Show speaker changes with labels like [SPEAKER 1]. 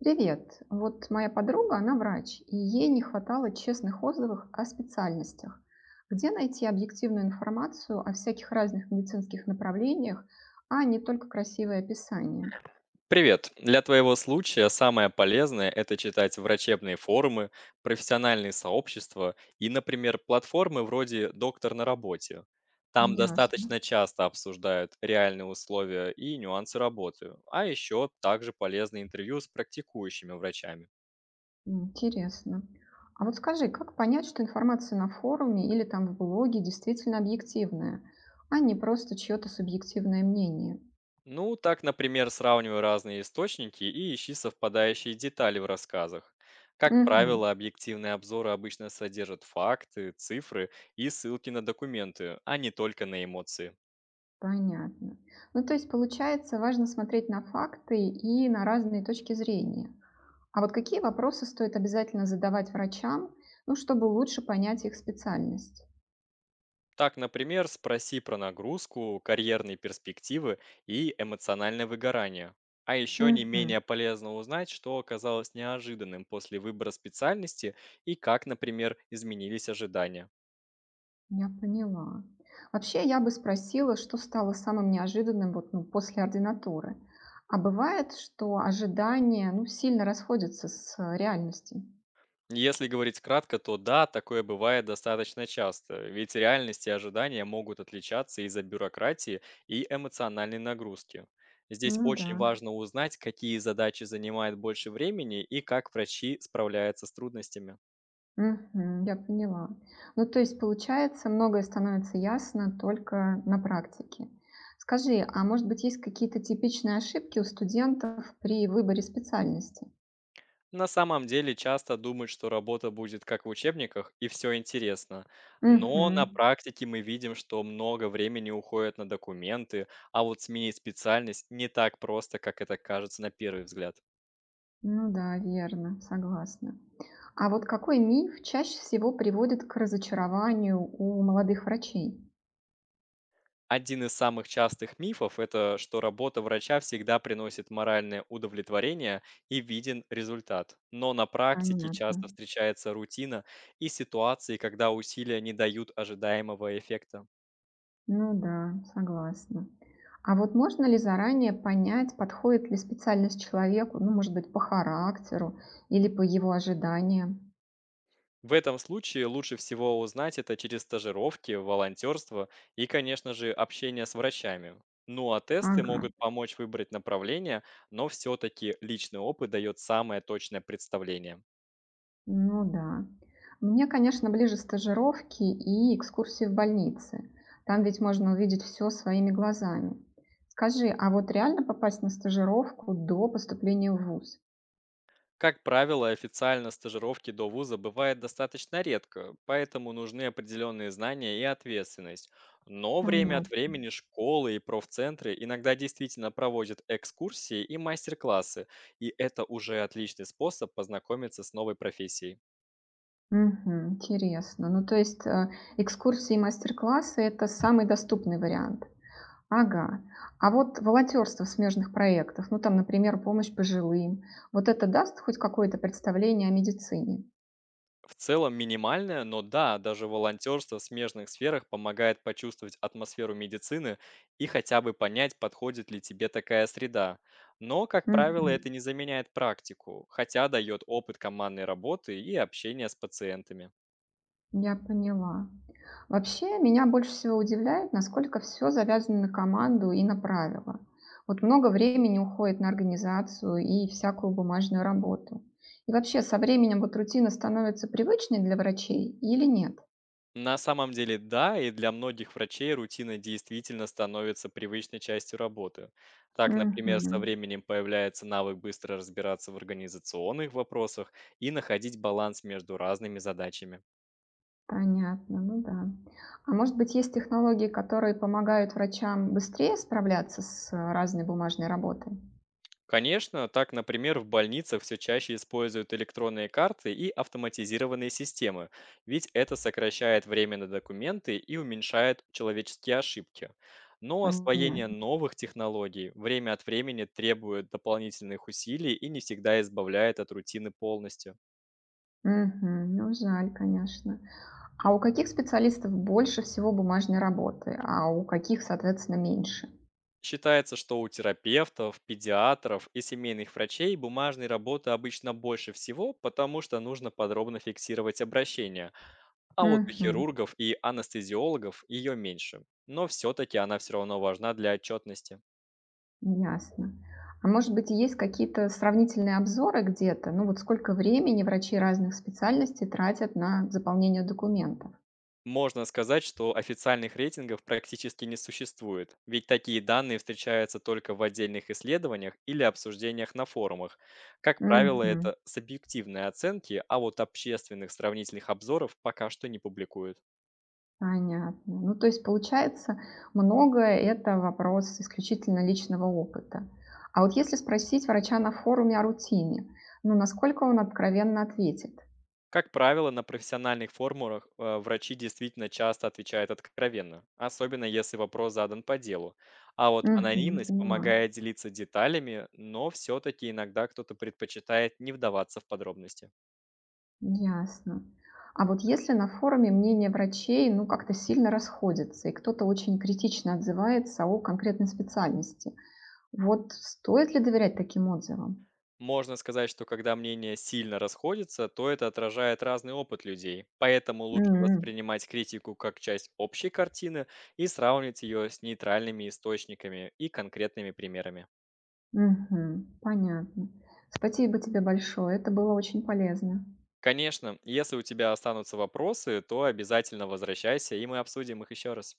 [SPEAKER 1] Привет. Вот моя подруга, она врач, и ей не хватало честных отзывов о специальностях. Где найти объективную информацию о всяких разных медицинских направлениях, а не только красивые описания?
[SPEAKER 2] Привет! Для твоего случая самое полезное– это читать врачебные форумы, профессиональные сообщества и, например, платформы вроде «Доктор на работе». Там
[SPEAKER 1] Ясно.
[SPEAKER 2] достаточно часто обсуждают реальные условия и нюансы работы, а еще также полезны интервью с практикующими врачами.
[SPEAKER 1] Интересно. А вот скажи, как понять, что информация на форуме или там в блоге действительно объективная, а не просто чье-то субъективное мнение?
[SPEAKER 2] Ну, так, например, сравнивай разные источники и ищи совпадающие детали в рассказах. Как
[SPEAKER 1] Угу,
[SPEAKER 2] правило, объективные обзоры обычно содержат факты, цифры и ссылки на документы, а не только на эмоции.
[SPEAKER 1] понятно. Ну, то есть, получается, важно смотреть на факты и на разные точки зрения. А вот какие вопросы стоит обязательно задавать врачам, ну, чтобы лучше понять их специальность?
[SPEAKER 2] Так, например, спроси про нагрузку, карьерные перспективы и эмоциональное выгорание. А еще не менее
[SPEAKER 1] Мгм.
[SPEAKER 2] полезно узнать, что оказалось неожиданным после выбора специальности и как, например, изменились ожидания.
[SPEAKER 1] Я поняла. Вообще, я бы спросила, что стало самым неожиданным вот, ну, после ординатуры. А бывает, что ожидания ну, сильно расходятся с реальностью?
[SPEAKER 2] Если говорить кратко, то да, такое бывает достаточно часто, ведь реальность и ожидания могут отличаться из-за бюрократии и эмоциональной нагрузки. Здесь
[SPEAKER 1] Ну да.
[SPEAKER 2] очень важно узнать, какие задачи занимают больше времени и как врачи справляются с трудностями.
[SPEAKER 1] Мгм. Я поняла. Ну, то есть, получается, многое становится ясно только на практике. Скажи, а может быть, есть какие-то типичные ошибки у студентов при выборе специальности?
[SPEAKER 2] На самом деле часто думают, что работа будет как в учебниках и все интересно, но на
[SPEAKER 1] Мгм.
[SPEAKER 2] практике мы видим, что много времени уходит на документы, а вот сменить специальность не так просто, как это кажется на первый взгляд.
[SPEAKER 1] Ну да, верно, согласна. А вот какой миф чаще всего приводит к разочарованию у молодых врачей?
[SPEAKER 2] Один из самых частых мифов– это что работа врача всегда приносит моральное удовлетворение и виден результат. Но на практике
[SPEAKER 1] Понятно.
[SPEAKER 2] часто встречается рутина и ситуации, когда усилия не дают ожидаемого эффекта.
[SPEAKER 1] Ну да, согласна. А вот можно ли заранее понять, подходит ли специальность человеку, ну, может быть, по характеру или по его ожиданиям?
[SPEAKER 2] В этом случае лучше всего узнать это через стажировки, волонтерство и, конечно же, общение с врачами. Ну а тесты
[SPEAKER 1] Ага.
[SPEAKER 2] могут помочь выбрать направление, но все-таки личный опыт дает самое точное представление.
[SPEAKER 1] Ну да. Мне, конечно, ближе стажировки и экскурсии в больнице. Там ведь можно увидеть все своими глазами. Скажи, а вот реально попасть на стажировку до поступления в ВУЗ?
[SPEAKER 2] Как правило, официально стажировки до вуза бывает достаточно редко, поэтому нужны определенные знания и ответственность. Но время от
[SPEAKER 1] Понятно.
[SPEAKER 2] времени школы и профцентры иногда действительно проводят экскурсии и мастер-классы, и это уже отличный способ познакомиться с новой профессией.
[SPEAKER 1] Мгм. Интересно. Ну, то есть экскурсии и мастер-классы– это самый доступный вариант. Ага. А вот волонтерство в смежных проектах, ну, там, например, помощь пожилым, вот это даст хоть какое-то представление о медицине?
[SPEAKER 2] В целом минимальная, но да, даже волонтерство в смежных сферах помогает почувствовать атмосферу медицины и хотя бы понять, подходит ли тебе такая среда. Но, как правило, это
[SPEAKER 1] Мгм.
[SPEAKER 2] не заменяет практику, хотя дает опыт командной работы и общения с пациентами.
[SPEAKER 1] Я поняла. Вообще, меня больше всего удивляет, насколько все завязано на команду и на правила. Вот много времени уходит на организацию и всякую бумажную работу. И вообще, со временем вот рутина становится привычной для врачей или нет?
[SPEAKER 2] На самом деле, да, и для многих врачей рутина действительно становится привычной частью работы. Так, например,
[SPEAKER 1] Мгм.
[SPEAKER 2] со временем появляется навык быстро разбираться в организационных вопросах и находить баланс между разными задачами.
[SPEAKER 1] Понятно, ну да. А может быть, есть технологии, которые помогают врачам быстрее справляться с разной бумажной работой?
[SPEAKER 2] Конечно, так, например, в больницах все чаще используют электронные карты и автоматизированные системы, ведь это сокращает время на документы и уменьшает человеческие ошибки. Но освоение
[SPEAKER 1] Понятно.
[SPEAKER 2] новых технологий время от времени требует дополнительных усилий и не всегда избавляет от рутины полностью.
[SPEAKER 1] Мгм. Ну, жаль, конечно. А у каких специалистов больше всего бумажной работы, а у каких, соответственно, меньше?
[SPEAKER 2] Считается, что у терапевтов, педиатров и семейных врачей бумажной работы обычно больше всего, потому что нужно подробно фиксировать обращения. А вот у
[SPEAKER 1] Мгм.
[SPEAKER 2] хирургов и анестезиологов ее меньше, но все-таки она все равно важна для отчетности.
[SPEAKER 1] Ясно. А может быть, и есть какие-то сравнительные обзоры где-то? Ну вот сколько времени врачи разных специальностей тратят на заполнение документов?
[SPEAKER 2] Можно сказать, что официальных рейтингов практически не существует, ведь такие данные встречаются только в отдельных исследованиях или обсуждениях на форумах. Как правило,
[SPEAKER 1] Мгм.
[SPEAKER 2] это субъективные оценки, а вот общественных сравнительных обзоров пока что не публикуют.
[SPEAKER 1] Понятно. Ну, то есть, получается, многое это вопрос исключительно личного опыта. А вот если спросить врача на форуме о рутине, ну, насколько он откровенно ответит?
[SPEAKER 2] Как правило, на профессиональных форумах врачи действительно часто отвечают откровенно, особенно если вопрос задан по делу. А вот
[SPEAKER 1] Мгм. Я
[SPEAKER 2] анонимность
[SPEAKER 1] поняла.
[SPEAKER 2] помогает делиться деталями, но все-таки иногда кто-то предпочитает не вдаваться в подробности.
[SPEAKER 1] Ясно. А вот если на форуме мнения врачей, ну, как-то сильно расходятся, и кто-то очень критично отзывается о конкретной специальности, вот стоит ли доверять таким отзывам?
[SPEAKER 2] Можно сказать, что когда мнения сильно расходятся, то это отражает разный опыт людей. Поэтому лучше
[SPEAKER 1] М,
[SPEAKER 2] воспринимать критику как часть общей картины и сравнивать ее с нейтральными источниками и конкретными примерами.
[SPEAKER 1] мгм. Понятно. Спасибо тебе большое. Это было очень полезно.
[SPEAKER 2] Конечно, если у тебя останутся вопросы, то обязательно возвращайся, и мы обсудим их еще раз.